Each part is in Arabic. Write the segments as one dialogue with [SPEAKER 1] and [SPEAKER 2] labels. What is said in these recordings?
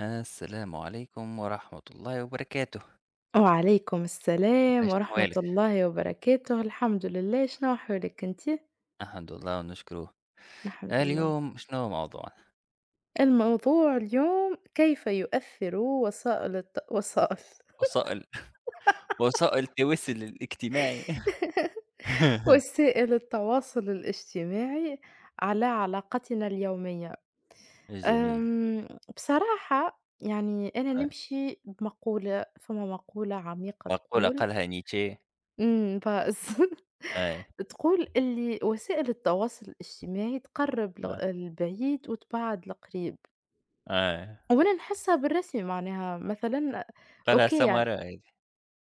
[SPEAKER 1] السلام عليكم ورحمة الله وبركاته.
[SPEAKER 2] وعليكم السلام
[SPEAKER 1] عشنا
[SPEAKER 2] ورحمة
[SPEAKER 1] حوالك.
[SPEAKER 2] الله وبركاته، الحمد لله، شنو أحوالك أنتِ؟
[SPEAKER 1] الحمد لله ونشكره.
[SPEAKER 2] الحمد لله،
[SPEAKER 1] اليوم شنو موضوع
[SPEAKER 2] الموضوع اليوم كيف يؤثر وسائل وسائل
[SPEAKER 1] وسائل وسائل التواصل الاجتماعي؟
[SPEAKER 2] وسائل التواصل الاجتماعي على علاقتنا اليومية؟
[SPEAKER 1] جميل.
[SPEAKER 2] آمم، بصراحة يعني أنا
[SPEAKER 1] آه.
[SPEAKER 2] نمشي بمقولة فما مقولة عميقة
[SPEAKER 1] مقولة
[SPEAKER 2] تقول
[SPEAKER 1] قالها نيتشه.
[SPEAKER 2] بس
[SPEAKER 1] اي.
[SPEAKER 2] تقول اللي وسائل التواصل الاجتماعي تقرّب
[SPEAKER 1] آه.
[SPEAKER 2] البعيد وتبعّد القريب،
[SPEAKER 1] اي.
[SPEAKER 2] وأنا نحسها بالرسمي معناها مثلًا
[SPEAKER 1] قالها
[SPEAKER 2] أوكي يعني
[SPEAKER 1] سمارة هذه.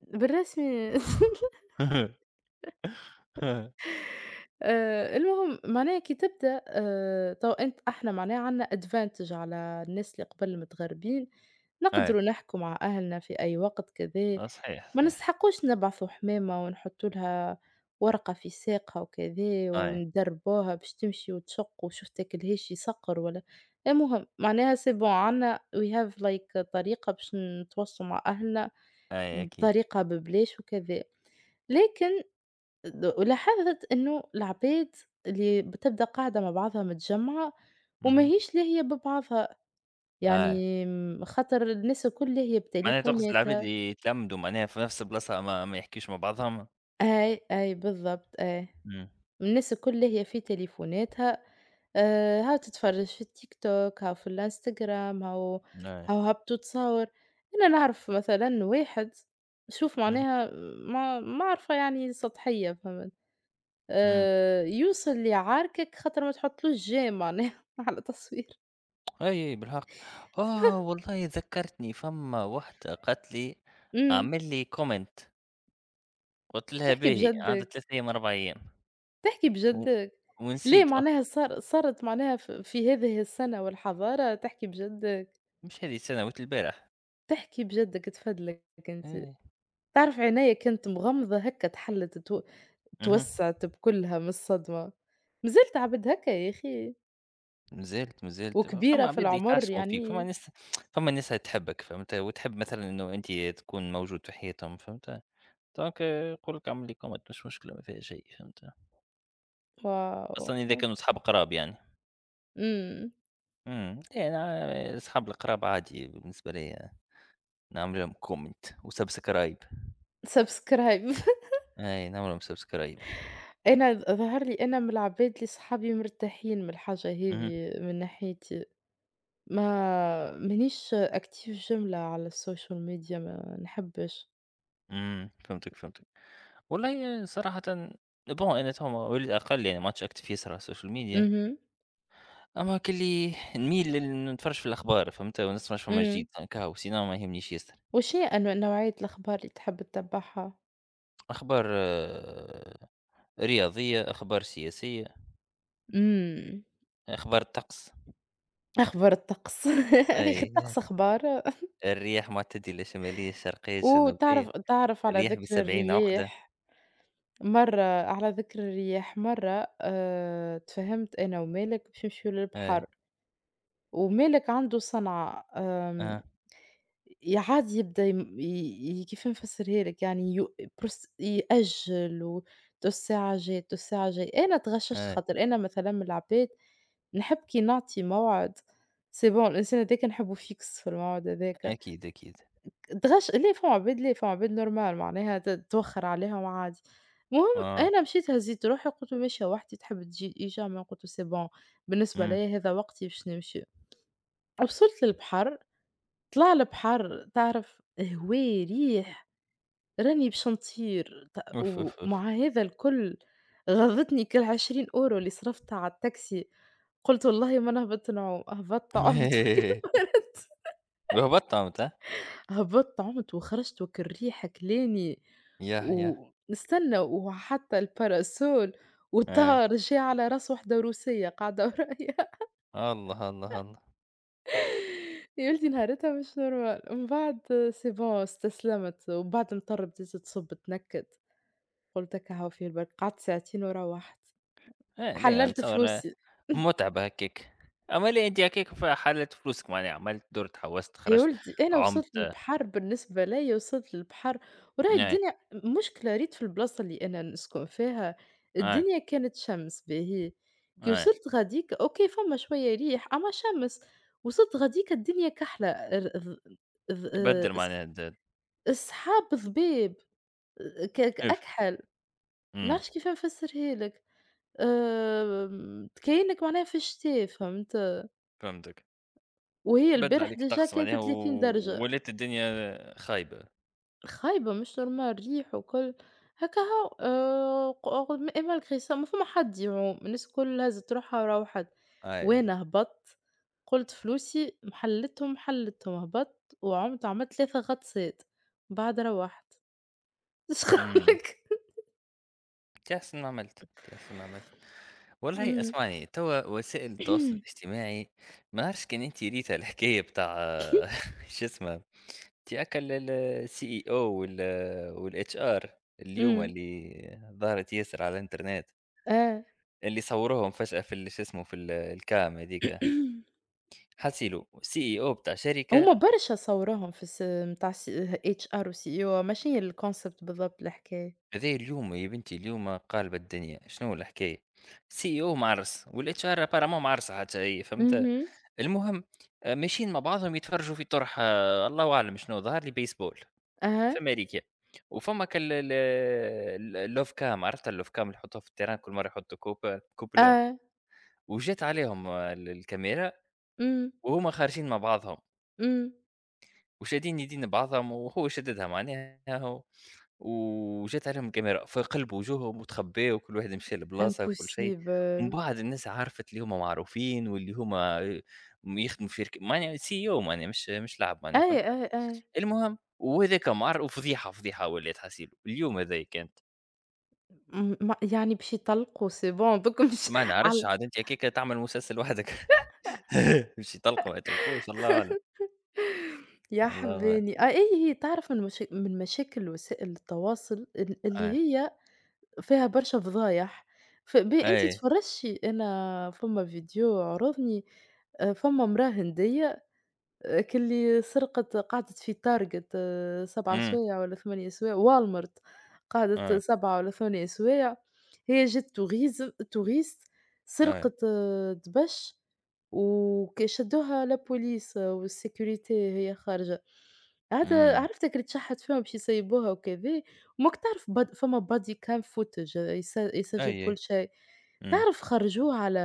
[SPEAKER 2] بالرسمي المهم معناها كي تبدأ تو أنت إحنا معناها عندنا advantage على الناس اللي قبل المتغربين،
[SPEAKER 1] اي.
[SPEAKER 2] نقدروا نحكوا مع أهلنا في أي وقت كذا،
[SPEAKER 1] آه، صحيح
[SPEAKER 2] ما
[SPEAKER 1] صحيح.
[SPEAKER 2] نستحقوش نبعثوا حمامة ونحطوا لها ورقة في ساقها وكذا
[SPEAKER 1] اي.
[SPEAKER 2] وندربوها باش تمشي وتشق وشفتك الهش يسقر ولا المهم معناها c'est bon عندنا we have like طريقة باش نتواصلوا مع أهلنا
[SPEAKER 1] اي اكيد.
[SPEAKER 2] بطريقة ببلاش وكذا، لكن ولاحظت إنه العباد اللي بتبدا قاعدة مع بعضها متجمعة
[SPEAKER 1] مهم.
[SPEAKER 2] وماهيش لاهية ببعضها، يعني
[SPEAKER 1] اي
[SPEAKER 2] خاطر الناس الكل لاهية
[SPEAKER 1] معناها تقصد العباد
[SPEAKER 2] بتليفوناتها
[SPEAKER 1] اللي يتلمدوا معناها في نفس البلاصة ما يحكيوش مع بعضهم.
[SPEAKER 2] أي، أي بالضبط أي،
[SPEAKER 1] مم.
[SPEAKER 2] الناس الكل لاهية في تليفوناتها هاو تتفرج في التيك توك، هاو في الإنستجرام، هاو
[SPEAKER 1] اي.
[SPEAKER 2] هاو هبطوا تصور، أنا نعرف مثلًا واحد شوف معناها ما معرفة يعني سطحية فهمت؟
[SPEAKER 1] مهم.
[SPEAKER 2] يوصل ليعاركك خاطر ما تحطلوش جيم معناها على تصوير.
[SPEAKER 1] أي بالحق. آه والله ذكّرتني، فما وحدة قالت لي
[SPEAKER 2] إمم.
[SPEAKER 1] اعمل لي comment. قُلت لها
[SPEAKER 2] تحكي
[SPEAKER 1] باهي عندها
[SPEAKER 2] بجدّك،
[SPEAKER 1] 3 أيام 4 أيام
[SPEAKER 2] تحكي
[SPEAKER 1] و
[SPEAKER 2] بجدّك. ليه
[SPEAKER 1] ونسيت أصلًا.
[SPEAKER 2] معناها صار صارت معناها في هذه السنة والحضارة تحكي بجدّك،
[SPEAKER 1] مش هذه السنة، وقت البارح.
[SPEAKER 2] تحكي بجدّك تفدلك أنت.
[SPEAKER 1] إيه.
[SPEAKER 2] تعرف عينيا كانت مغمضة هكا تحلّت تو
[SPEAKER 1] اهم.
[SPEAKER 2] توسّعت بكلها من الصدمة. مازلت عبد هكا يا أخي
[SPEAKER 1] ما زالت، ما زالت.
[SPEAKER 2] وكبيرة
[SPEAKER 1] فما
[SPEAKER 2] في
[SPEAKER 1] عباد
[SPEAKER 2] العمر
[SPEAKER 1] يتعشموا فيك، فما
[SPEAKER 2] يعني.
[SPEAKER 1] ناس، فما ناس تحبك فهمت، وتحب مثلًا إنه أنت تكون موجود في حياتهم فهمت، دونك يقول لك اعمل لي comment، مش مشكلة، ما فيها شيء فهمت،
[SPEAKER 2] واو!
[SPEAKER 1] خاصةً إذا كانوا صحاب قراب يعني.
[SPEAKER 2] إمم.
[SPEAKER 1] إمم. يعني أصحاب القراب عادي بالنسبة ليّا. نعمل لهم comment وsubscribe.
[SPEAKER 2] subscribe.
[SPEAKER 1] أي نعمل لهم subscribe.
[SPEAKER 2] أنا ظهر لي أنا من العباد اللي صحابي مرتاحين من الحاجة
[SPEAKER 1] اهم.
[SPEAKER 2] هذي من ناحيتي، ما مانيش active جملة على السوشيال ميديا ما نحبش.
[SPEAKER 1] إمم، فهمتِك، فهمتِك. والله صراحةً، bon أنا تو، وللأقل يعني ما عادش active ياسر على السوشيال ميديا،
[SPEAKER 2] اهم،
[SPEAKER 1] أما كلي نميل نتفرج في الأخبار فهمت، ونسمعش فما جديد
[SPEAKER 2] إمم.
[SPEAKER 1] يعني كهو سينما ما يهمنيش ياسر.
[SPEAKER 2] وش هي أنو نوعية الأخبار اللي تحب تتبعها؟
[SPEAKER 1] أخبار رياضية، أخبار سياسية،
[SPEAKER 2] إمم،
[SPEAKER 1] أخبار طقس.
[SPEAKER 2] أخبار الطقس يا أخي
[SPEAKER 1] أي.
[SPEAKER 2] الطقس أخبار
[SPEAKER 1] الرياح معتدلة، شمالية، شرقية، جنوبية،
[SPEAKER 2] تعرف على
[SPEAKER 1] الرياح
[SPEAKER 2] ذكر
[SPEAKER 1] ب70 عقدة.
[SPEAKER 2] الرياح مرة على ذكر الرياح مرة تفاهمت أنا ومالك باش نمشيو
[SPEAKER 1] أي.
[SPEAKER 2] للبحر. ومالك عنده صنعة آمم،
[SPEAKER 1] أها.
[SPEAKER 2] عاد يبدأ يم ي ي كيف نفسّرها لك يعني يو بروس يأجّل و تو الساعة جات، تو الساعة جاي، أنا تغشّشت
[SPEAKER 1] أي.
[SPEAKER 2] خاطر أنا مثلًا من العباد نحب كي نعطي موعد c'est bon الإنسان هاذاك نحبّه fixe في الموعد هاذاك،
[SPEAKER 1] أكيد، أكيد.
[SPEAKER 2] تغش لأ فما عباد لأ، فما عباد normal معناها توخّر عليهم عادي، المهم
[SPEAKER 1] آه.
[SPEAKER 2] أنا مشيت هزّيت روحي قُلت له ماشية وحدي تحب تجي إجا ما قُلت له c'est bon بالنسبة
[SPEAKER 1] إمم.
[SPEAKER 2] ليّا هذا وقتي باش نمشي. وصلت للبحر، طلع البحر تعرف هوا، ريح، راني باش نطير
[SPEAKER 1] أوف، أوف، أوف.
[SPEAKER 2] ومع هذا الكل غَضّتني كال20€ اللي صرفتها على التاكسي، قُلت والله ما نهبط نعوم، هبطت عُمت وكلت
[SPEAKER 1] وهبطت عملتها؟
[SPEAKER 2] هبطت عُمت وخرجت وكل ريحة كلاني
[SPEAKER 1] ياه، ياه.
[SPEAKER 2] ونستنى وحتى الباراسول
[SPEAKER 1] إيه.
[SPEAKER 2] وطار جه على راس وحدة روسية قاعدة ورايا.
[SPEAKER 1] الله، الله، الله.
[SPEAKER 2] يا ولدي نهارتها مش normal من بعد c'est bon استسلمت، وبعد مطر بديت تصب تنكد، قُلت هاكا هاو فيه البركة، قعدت ساعتين وروّحت،
[SPEAKER 1] إيه ليه
[SPEAKER 2] حلّلت
[SPEAKER 1] نتصور.
[SPEAKER 2] فلوسي.
[SPEAKER 1] متعبة هكاك. أما ليه أنتِ هكاك في حلت فلوسك معناها عملت، درت، حوست،
[SPEAKER 2] يا
[SPEAKER 1] خرجت،
[SPEAKER 2] ولدي أنا وصلت
[SPEAKER 1] عُمت.
[SPEAKER 2] للبحر بالنسبة ليّا وصلت للبحر، وراهي
[SPEAKER 1] إيه،
[SPEAKER 2] الدنيا المشكلة ريت في البلاصة اللي أنا نسكن فيها،
[SPEAKER 1] إيه،
[SPEAKER 2] الدنيا كانت شمس باهي، كي
[SPEAKER 1] إيه.
[SPEAKER 2] وصلت غاديكا أوكي فما شوية ريح أمّا شمس، وصلت غاديكا الدنيا كحلة، ال الض الض
[SPEAKER 1] تبدل
[SPEAKER 2] الس
[SPEAKER 1] معناها د
[SPEAKER 2] السحاب ضباب. ك ك
[SPEAKER 1] إف
[SPEAKER 2] أكحل، ما
[SPEAKER 1] إمم،
[SPEAKER 2] نعرفش كيف نفسّرها لك، آمم، تكيّنك معناها في الشتا فهمت،
[SPEAKER 1] فهمتك.
[SPEAKER 2] وهي
[SPEAKER 1] بدل
[SPEAKER 2] البارح
[SPEAKER 1] عليك
[SPEAKER 2] ديجا
[SPEAKER 1] الطقس
[SPEAKER 2] كانت
[SPEAKER 1] معناها و
[SPEAKER 2] 30 درجة،
[SPEAKER 1] ولات الدنيا خايبة.
[SPEAKER 2] خايبة مش normal ريح وكل، هاكا هو ق رغم malgré ça ما فما حد يعوم، الناس الكل هزّت روحها وروّحت،
[SPEAKER 1] أي، أي.
[SPEAKER 2] وأنا هبطت قُلت فلوسي محلّتهم، محلّتهم، هبطت وعُمت عملت 3 غطسات، من بعد روّحت، إيش نقول
[SPEAKER 1] إمم.
[SPEAKER 2] لك؟
[SPEAKER 1] أنت أحسن ما عملت، أنت أحسن ما عملت. والله
[SPEAKER 2] إمم،
[SPEAKER 1] اسمعني، توا وسائل التواصل الاجتماعي، ما نعرفش كان أنت ريت الحكاية بتاع شو اسمه، تي هاكا ال CEO وال والHR اليوم
[SPEAKER 2] إمم،
[SPEAKER 1] اللي ظهرت ياسر على الإنترنت،
[SPEAKER 2] آه.
[SPEAKER 1] اللي صوروهم فجأة في ال شو اسمه، في الcam هاذيك، حاسيلو CEO بتاع شركة.
[SPEAKER 2] هُم برشا صورهم في الس بتاع الس HR وCEO ماشي هي الconcept بالضبط الحكاية.
[SPEAKER 1] هذايا اليوم يا بنتي، اليوم قالبة الدنيا، شنو الحكاية؟ CEO معرس والHR apparemment معرسة حتى هي، فهمت؟
[SPEAKER 2] اهم.
[SPEAKER 1] المهم ماشيين مع بعضهم يتفرجوا في طرحة، الله أعلم شنو، ظهر لي بيسبول في
[SPEAKER 2] أها،
[SPEAKER 1] أمريكا، وفما كال ال ال الLovCam. عرفت الLovCam اللي يحطوها في التيران كل مرة يحطوا كوب كوبلا،
[SPEAKER 2] آه،
[SPEAKER 1] وجات عليهم الكاميرا،
[SPEAKER 2] إمم،
[SPEAKER 1] وهُم خارجين مع بعضهم،
[SPEAKER 2] إمم.
[SPEAKER 1] وشادين يدين بعضهم وهو شددها معناها وجات عليهم الكاميرا، فقلب وجوههم وتخباو وكل واحد مشى لبلاصة وكل شيء، ومن
[SPEAKER 2] impossible.
[SPEAKER 1] بعد الناس عرفت اللي هُم معروفين واللي هُم يخدموا في شركة معناها CEO، معناها مش لعب
[SPEAKER 2] أي،
[SPEAKER 1] معناها، فهمت؟
[SPEAKER 2] أي، أي.
[SPEAKER 1] المهم وهذاك مار، وفضيحه فضيحه، ولات حاسيلو اليوم هذايا كانت.
[SPEAKER 2] ما يعني باش يطلقوا c'est bon دوكا مش
[SPEAKER 1] ما نعرفش
[SPEAKER 2] على
[SPEAKER 1] عاد انت هكاك تعمل مسلسل وحدك. باش يطلقوا ما يطلقوش الله اعلم.
[SPEAKER 2] يا
[SPEAKER 1] الله اعلم.
[SPEAKER 2] حبّاني. آه، أي هي تعرف من مشا من مشاكل وسائل التواصل
[SPEAKER 1] آه.
[SPEAKER 2] اللي هي فيها برشا فضايح. أنتِ
[SPEAKER 1] اي.
[SPEAKER 2] تفرّجتِ أنا فما فيديو عرضني فما امرأة هندية كلّي سرقت قعدت في target 7
[SPEAKER 1] امم.
[SPEAKER 2] سوايع والّا 8 سوايع Walmart قعدت
[SPEAKER 1] آه.
[SPEAKER 2] 7 والّا 8 سوايع، هي جات tourism touriste
[SPEAKER 1] آه.
[SPEAKER 2] سرقت آه، دبش شدوها الpolice والsécurité هي خارجة، عاد
[SPEAKER 1] امم.
[SPEAKER 2] عرفت هاك اللي تشحت فيهم باش يسيبوها وكذا، وماك تعرف باد فما body cam footage آه، يسجّل
[SPEAKER 1] اي اي.
[SPEAKER 2] كل شيء،
[SPEAKER 1] امم.
[SPEAKER 2] تعرف خرجوه على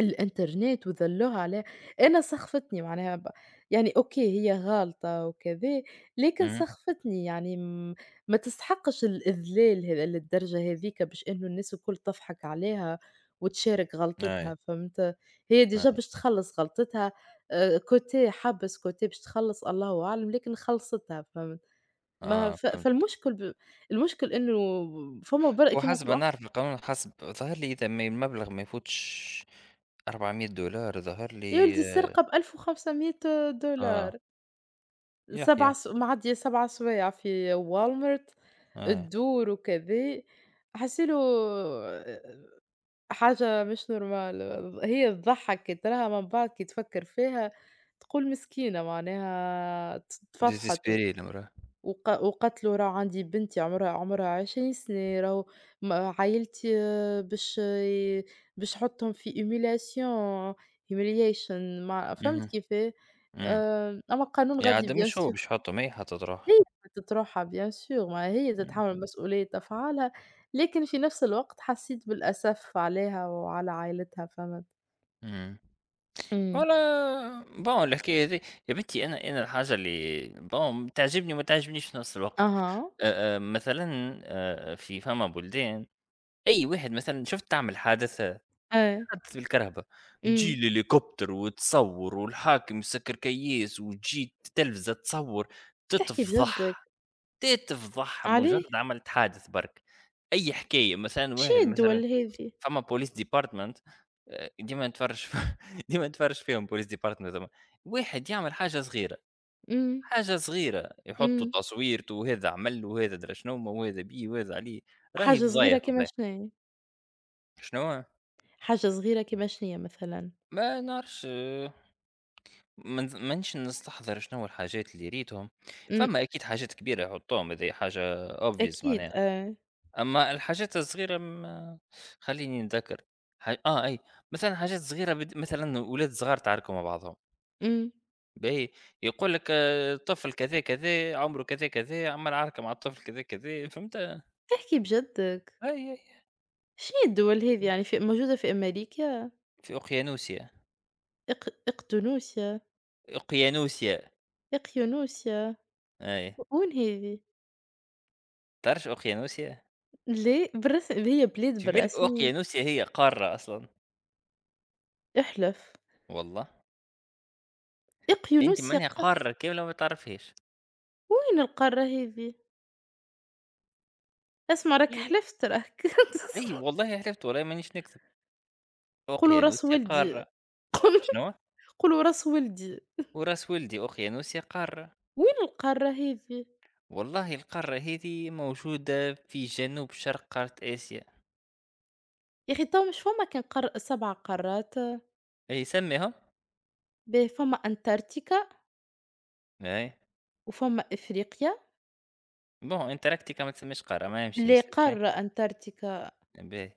[SPEAKER 2] الإنترنت وذلّوها عليه، أنا سخفتني معناها يعني أوكي هي غالطة وكذا، لكن
[SPEAKER 1] امم.
[SPEAKER 2] سخفتني يعني ما تستحقش الإذلال هذا للدرجة هاذيك باش إنه الناس الكل تضحك عليها وتشارك
[SPEAKER 1] اي
[SPEAKER 2] غلطتها، فهمت؟ هي ديجا
[SPEAKER 1] اي.
[SPEAKER 2] باش تخلّص غلطتها كوتيه حبس، كوتيه باش تخلّص الله أعلم، لكن خلّصتها فهمت؟ ما
[SPEAKER 1] اه،
[SPEAKER 2] ف
[SPEAKER 1] فهمتك.
[SPEAKER 2] فالمشكل ب المشكل إنه فما كيما
[SPEAKER 1] وحسب ما
[SPEAKER 2] نقولوا
[SPEAKER 1] نعرف القانون، حسب ظهر لي اذا ما المبلغ ما يفوتش $400، ظهر
[SPEAKER 2] يا
[SPEAKER 1] لي.
[SPEAKER 2] ولدي
[SPEAKER 1] اه.
[SPEAKER 2] السرقة ب1500$
[SPEAKER 1] آه. يح
[SPEAKER 2] 7
[SPEAKER 1] يح.
[SPEAKER 2] س معدية 7 سوايع في Walmart
[SPEAKER 1] اه.
[SPEAKER 2] تدور وكذا، حاسّة له حاجة مش نورمال، هي تضحّك كي تراها من بعد كي تفكّر فيها تقول مسكينة معناها تفضحت
[SPEAKER 1] ديزيسبيري المراه.
[SPEAKER 2] وقالت له راه عندي بنتي عمرها 20 سنة، راهو عايلتي باش ي باش نحطهم في humiliation humiliation ما فهمت كيفاه؟
[SPEAKER 1] اها.
[SPEAKER 2] أمّا القانون
[SPEAKER 1] يا
[SPEAKER 2] غادي
[SPEAKER 1] عاد
[SPEAKER 2] bien
[SPEAKER 1] مش هو باش
[SPEAKER 2] sûr.
[SPEAKER 1] يحطّه، ما هي حاطط روحها.
[SPEAKER 2] هي بتطرحها bien sûr ما هي
[SPEAKER 1] إمم.
[SPEAKER 2] تتحمل مسؤولية أفعالها، لكن في نفس الوقت حسيت بالأسف عليها وعلى عائلتها، فهمت؟
[SPEAKER 1] إمم.
[SPEAKER 2] إمم.
[SPEAKER 1] والله، bon الحكاية هذي، يا بنتي، أنا الحاجة اللي bon تعجبني وما تعجبنيش في نفس الوقت.
[SPEAKER 2] أها.
[SPEAKER 1] مثلًا في فما بلدان، أي واحد مثلًا شُفت تعمل حادثة،
[SPEAKER 2] إيه،
[SPEAKER 1] حادثة بالكرهبة، تجي
[SPEAKER 2] إمم.
[SPEAKER 1] الهليكوبتر وتصوّر والحاكم يسكّر كيّاس وتجي التلفزة تصوّر،
[SPEAKER 2] تحكي بجدِّك،
[SPEAKER 1] تتفضح، تتفضح
[SPEAKER 2] عليه؟
[SPEAKER 1] مجرد عملت حادث برك. أي حكاية مثلًا،
[SPEAKER 2] شنو
[SPEAKER 1] واحد
[SPEAKER 2] هي
[SPEAKER 1] مثلًا
[SPEAKER 2] الدول هذي؟
[SPEAKER 1] فما police department، ديما نتفرّج ديما نتفرّج فيهم police department ثما، واحد يعمل حاجة صغيرة،
[SPEAKER 2] إمم،
[SPEAKER 1] حاجة صغيرة يحطّوا
[SPEAKER 2] إمم.
[SPEAKER 1] تصويرته وهذا عمل وهذا درا شنو هو وهذا بيه وهذا عليه، راهي
[SPEAKER 2] حاجة صغيرة
[SPEAKER 1] فضايح،
[SPEAKER 2] كيما
[SPEAKER 1] فضايح.
[SPEAKER 2] شنيا؟
[SPEAKER 1] شنوا؟
[SPEAKER 2] حاجة صغيرة كيما شنيا مثلًا؟
[SPEAKER 1] ما نعرفش، ما نز مانيش نستحضر شنوا الحاجات اللي ريتهم،
[SPEAKER 2] إمم.
[SPEAKER 1] فما أكيد حاجات كبيرة يحطّوهم، هذي حاجة obvious
[SPEAKER 2] أكيد
[SPEAKER 1] معناها.
[SPEAKER 2] إيه.
[SPEAKER 1] أما الحاجات الصغيرة ما خلّيني نتذكّر. ح آه أي، مثلًا حاجات صغيرة مثلًا ولاد صغار تعاركوا مع بعضهم.
[SPEAKER 2] إمم.
[SPEAKER 1] باهي، يقول لك طفل كذا كذا عمره كذا كذا عمل عركة مع الطفل كذا كذا فهمت؟
[SPEAKER 2] تحكي بجدِّك،
[SPEAKER 1] أي أي.
[SPEAKER 2] شنو هي الدول هذي يعني في موجودة في أمريكا؟
[SPEAKER 1] في أوقيانوسيا.
[SPEAKER 2] إق إقدونوسيا،
[SPEAKER 1] أوقيانوسيا.
[SPEAKER 2] إقيانوسيا،
[SPEAKER 1] أي.
[SPEAKER 2] و وين هذي؟
[SPEAKER 1] تعرفش أوقيانوسيا؟
[SPEAKER 2] ليه بالرسم هي بلاد
[SPEAKER 1] في بالك
[SPEAKER 2] بالرسمي؟
[SPEAKER 1] أوقيانوسيا هي قارة أصلًا؟
[SPEAKER 2] احلف،
[SPEAKER 1] والله. أنت
[SPEAKER 2] إقيونوس
[SPEAKER 1] معناها
[SPEAKER 2] يقه
[SPEAKER 1] قارة كاملة وما تعرفهاش،
[SPEAKER 2] وين القارة هذي؟ اسمع راك
[SPEAKER 1] هي؟
[SPEAKER 2] حلفت راك
[SPEAKER 1] أي والله عرفت، والله مانيش نكذب.
[SPEAKER 2] قولوا راس
[SPEAKER 1] أوقيانوسيا
[SPEAKER 2] ولدي
[SPEAKER 1] قارة.
[SPEAKER 2] قول
[SPEAKER 1] شنوا؟
[SPEAKER 2] قولوا راس ولدي
[SPEAKER 1] وراس ولدي أوقيانوسيا قارة.
[SPEAKER 2] وين القارة هذي؟
[SPEAKER 1] والله القارة هذي موجودة في جنوب شرق قارة آسيا.
[SPEAKER 2] يا أخي تو مش فما كان قار 7 قارات،
[SPEAKER 1] أي سمّيهم.
[SPEAKER 2] باهي فما أنتاركتيكا
[SPEAKER 1] أي.
[SPEAKER 2] وفما إفريقيا،
[SPEAKER 1] ما هو أنتاركتيكا ما تسميش قارة، ما يمشي ما
[SPEAKER 2] لا
[SPEAKER 1] يصيرش.
[SPEAKER 2] قارة أنتاركتيكا
[SPEAKER 1] باهي.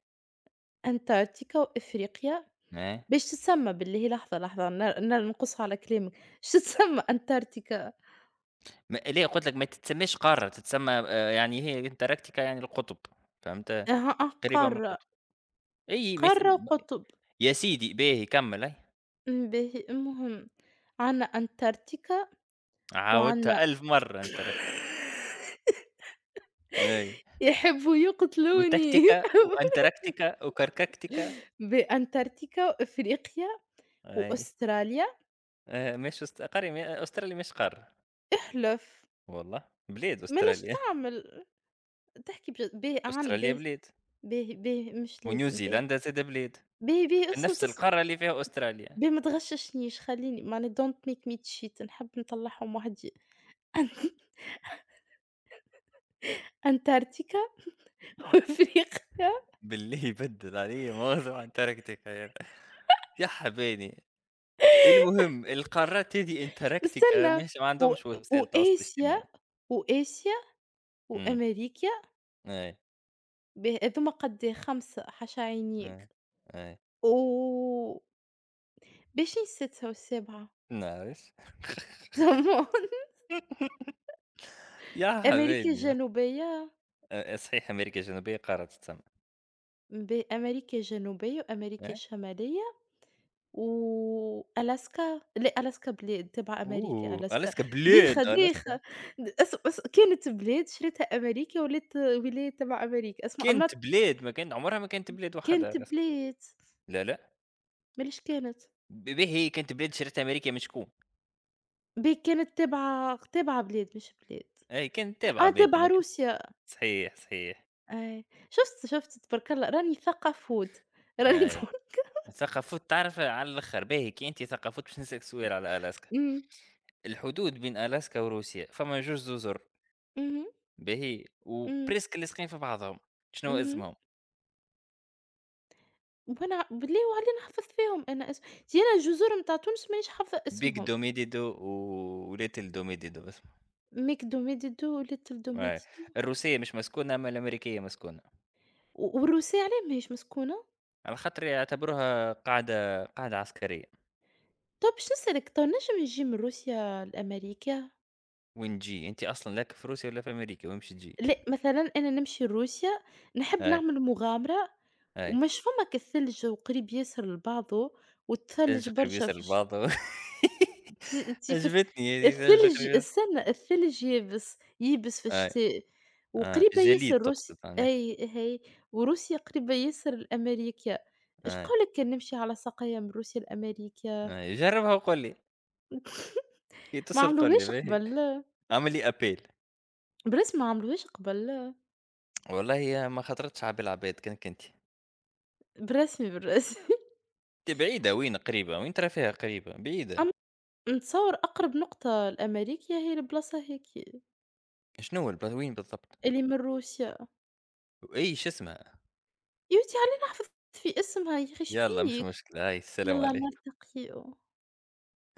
[SPEAKER 2] أنتاركتيكا وإفريقيا،
[SPEAKER 1] ما
[SPEAKER 2] باش تتسمى بالله لحظة لحظة ن ن نقصها على كلامك، باش تتسمى أنتاركتيكا؟
[SPEAKER 1] ما ليه قُلت لك ما تتسميش قارة، تتسمى يعني هي أنتاركتيكا، يعني القطب فهمت،
[SPEAKER 2] أها أه،
[SPEAKER 1] قريبة من
[SPEAKER 2] قارة.
[SPEAKER 1] القطب. أي ما
[SPEAKER 2] قارة
[SPEAKER 1] يسم.
[SPEAKER 2] وقطب.
[SPEAKER 1] يا سيدي باهي كمّل. أي
[SPEAKER 2] باهي، المهم عنا أنتاركتيكا وعنا
[SPEAKER 1] عاودتها 1000 مرّة أنتاركتيكا. أي
[SPEAKER 2] يحبّوا يقتلوني
[SPEAKER 1] وتكتيكا وأنتاركتيكا وكرككتيكا.
[SPEAKER 2] بأنتاركتيكا وإفريقيا
[SPEAKER 1] أي،
[SPEAKER 2] وأستراليا.
[SPEAKER 1] مش أست قاري، ما أستراليا مش قارة.
[SPEAKER 2] احلف،
[SPEAKER 1] والله. بلاد
[SPEAKER 2] ما ليش
[SPEAKER 1] أستراليا.
[SPEAKER 2] تعمل تحكي بج باهي عن
[SPEAKER 1] أستراليا
[SPEAKER 2] باهي
[SPEAKER 1] بلاد،
[SPEAKER 2] باهي باهي مش لازم باهي،
[SPEAKER 1] ونيوزيلندا زادا بلاد
[SPEAKER 2] باهي باهي
[SPEAKER 1] في
[SPEAKER 2] اسكت
[SPEAKER 1] نفس
[SPEAKER 2] اسكت،
[SPEAKER 1] القارة اللي فيها أستراليا.
[SPEAKER 2] باهي ما تغششنيش خلّيني معني don't make me cheat نحب نطلّعهم وحدي. أن أنتاركتيكا وإفريقيا
[SPEAKER 1] بالله يبدل علي موضوع انتاركتيكا يعني. يا حبايبي. المهم القارات هذه انتاركتيكا
[SPEAKER 2] استنى
[SPEAKER 1] ماهيش، ما
[SPEAKER 2] و
[SPEAKER 1] عندهمش وسائل تواصل اجتماعي.
[SPEAKER 2] وآسيا وآسيا
[SPEAKER 1] امم.
[SPEAKER 2] وأمريكا
[SPEAKER 1] اي
[SPEAKER 2] به هاذوما قد خمسة حاشا
[SPEAKER 1] اي
[SPEAKER 2] عينيك،
[SPEAKER 1] اي.
[SPEAKER 2] و باشين السادسة والسابعة
[SPEAKER 1] نعرف.
[SPEAKER 2] تمام
[SPEAKER 1] يا
[SPEAKER 2] أمريكا
[SPEAKER 1] حبايبي.
[SPEAKER 2] الجنوبية
[SPEAKER 1] آه، صحيح امريكا الجنوبيه قاره تسمى.
[SPEAKER 2] أمريكا الجنوبية وأمريكا
[SPEAKER 1] إيه؟
[SPEAKER 2] الشمالية وألاسكا لأ ألاسكا بلاد تبع أمريكا
[SPEAKER 1] اوه
[SPEAKER 2] ألاسكا
[SPEAKER 1] الاسكا، بلاد
[SPEAKER 2] ديخة، ديخة
[SPEAKER 1] الاسكا،
[SPEAKER 2] د اسم اس كانت بلاد شريتها أمريكا ولات ولاية تبع أمريكا، اسمع I'm not
[SPEAKER 1] كانت بلاد، ما كانت عمرها ما كانت بلاد وحدها
[SPEAKER 2] كانت
[SPEAKER 1] الاسكا.
[SPEAKER 2] بلاد
[SPEAKER 1] لا لا.
[SPEAKER 2] ماليش كانت،
[SPEAKER 1] باهي كانت بلاد شريتها امريكا، من شكون؟
[SPEAKER 2] باهي كانت تابعة تابعة بلاد مش بلاد،
[SPEAKER 1] اي كانت تابعه،
[SPEAKER 2] آه
[SPEAKER 1] بلادها ما
[SPEAKER 2] تابعة
[SPEAKER 1] كانت.
[SPEAKER 2] روسيا.
[SPEAKER 1] صحيح صحيح.
[SPEAKER 2] أي. شُفت، شُفت تبارك الله راني ثقة فود، راني
[SPEAKER 1] اي،
[SPEAKER 2] تقول
[SPEAKER 1] ثقافات. تعرف على الآخر باهي، كي أنت ثقافات باش نسألك سؤال على ألاسكا،
[SPEAKER 2] إمم،
[SPEAKER 1] الحدود بين ألاسكا وروسيا فما جوج جزر
[SPEAKER 2] اهم،
[SPEAKER 1] باهي،
[SPEAKER 2] إمم،
[SPEAKER 1] وبريسك لاصقين في بعضهم، شنو
[SPEAKER 2] اهم،
[SPEAKER 1] اسمهم؟
[SPEAKER 2] وأنا بالله وعلي نحفظ فيهم أنا اسم تي أنا الجزر نتاع تونس مانيش حافظة
[SPEAKER 1] بيك
[SPEAKER 2] اسمهم،
[SPEAKER 1] دوميديدو وليتل دوميديدو اسمه.
[SPEAKER 2] ميكدو، ميديدو، ليتل دو،
[SPEAKER 1] أي.
[SPEAKER 2] ميديدو،
[SPEAKER 1] الروسية مش مسكونة أما الأمريكية مسكونة،
[SPEAKER 2] و والروسية علاه ماهيش مسكونة؟
[SPEAKER 1] على خاطر يعتبروها قاعدة عسكرية.
[SPEAKER 2] تو باش نسألك، تو نجم نجي من روسيا لأمريكا؟
[SPEAKER 1] وين تجي أنت أصلًا، لاك في روسيا ولا في أمريكا وين باش تجي؟
[SPEAKER 2] لأ، مثلًا أنا نمشي لروسيا نحب
[SPEAKER 1] أي
[SPEAKER 2] نعمل مغامرة
[SPEAKER 1] أي.
[SPEAKER 2] ومش فمك الثلج وقريب ياسر لبعضه
[SPEAKER 1] تلج
[SPEAKER 2] والثلج
[SPEAKER 1] قريب
[SPEAKER 2] برشا
[SPEAKER 1] ياسر
[SPEAKER 2] في الش
[SPEAKER 1] لبعضه.
[SPEAKER 2] أنتِ أنتِ في الث
[SPEAKER 1] عجبتني هذه، تلج
[SPEAKER 2] الثلج
[SPEAKER 1] قريب.
[SPEAKER 2] استنى الثلج يابس، ييبس في
[SPEAKER 1] أي.
[SPEAKER 2] الشتاء
[SPEAKER 1] آه،
[SPEAKER 2] وقريبة
[SPEAKER 1] جليد
[SPEAKER 2] ياسر روسيا
[SPEAKER 1] تقصد يعني.
[SPEAKER 2] أي هاي وروسيا قريبة ياسر لأمريكا، إيش
[SPEAKER 1] أي،
[SPEAKER 2] قولك كان نمشي على ساقية من روسيا لأمريكا؟
[SPEAKER 1] أي، جرّبها وقُل لي. كي
[SPEAKER 2] ما
[SPEAKER 1] تصل قُل لي
[SPEAKER 2] عملوهاش
[SPEAKER 1] باهي.
[SPEAKER 2] قبل،
[SPEAKER 1] اعمل لي أبيل.
[SPEAKER 2] بالرسمي ما عملوهاش قبل،
[SPEAKER 1] والله ما خطرتش على بال عباد، كان كنت.
[SPEAKER 2] بالرسمي بالرسمي
[SPEAKER 1] بعيدة وين قريبة، وين ترى فيها قريبة، بعيدة.
[SPEAKER 2] أم نتصور أقرب نقطة لأمريكا هي البلاصة هاكي
[SPEAKER 1] شنو هو وين بالضبط؟
[SPEAKER 2] اللي من روسيا،
[SPEAKER 1] وأي شو اسمها؟
[SPEAKER 2] يا ودي على أنا حفظت في اسمها يا أخي إيش
[SPEAKER 1] يالّا مش
[SPEAKER 2] بيك؟
[SPEAKER 1] مشكلة، هاي السلام
[SPEAKER 2] يالّا
[SPEAKER 1] عليكم.
[SPEAKER 2] نلتقيو.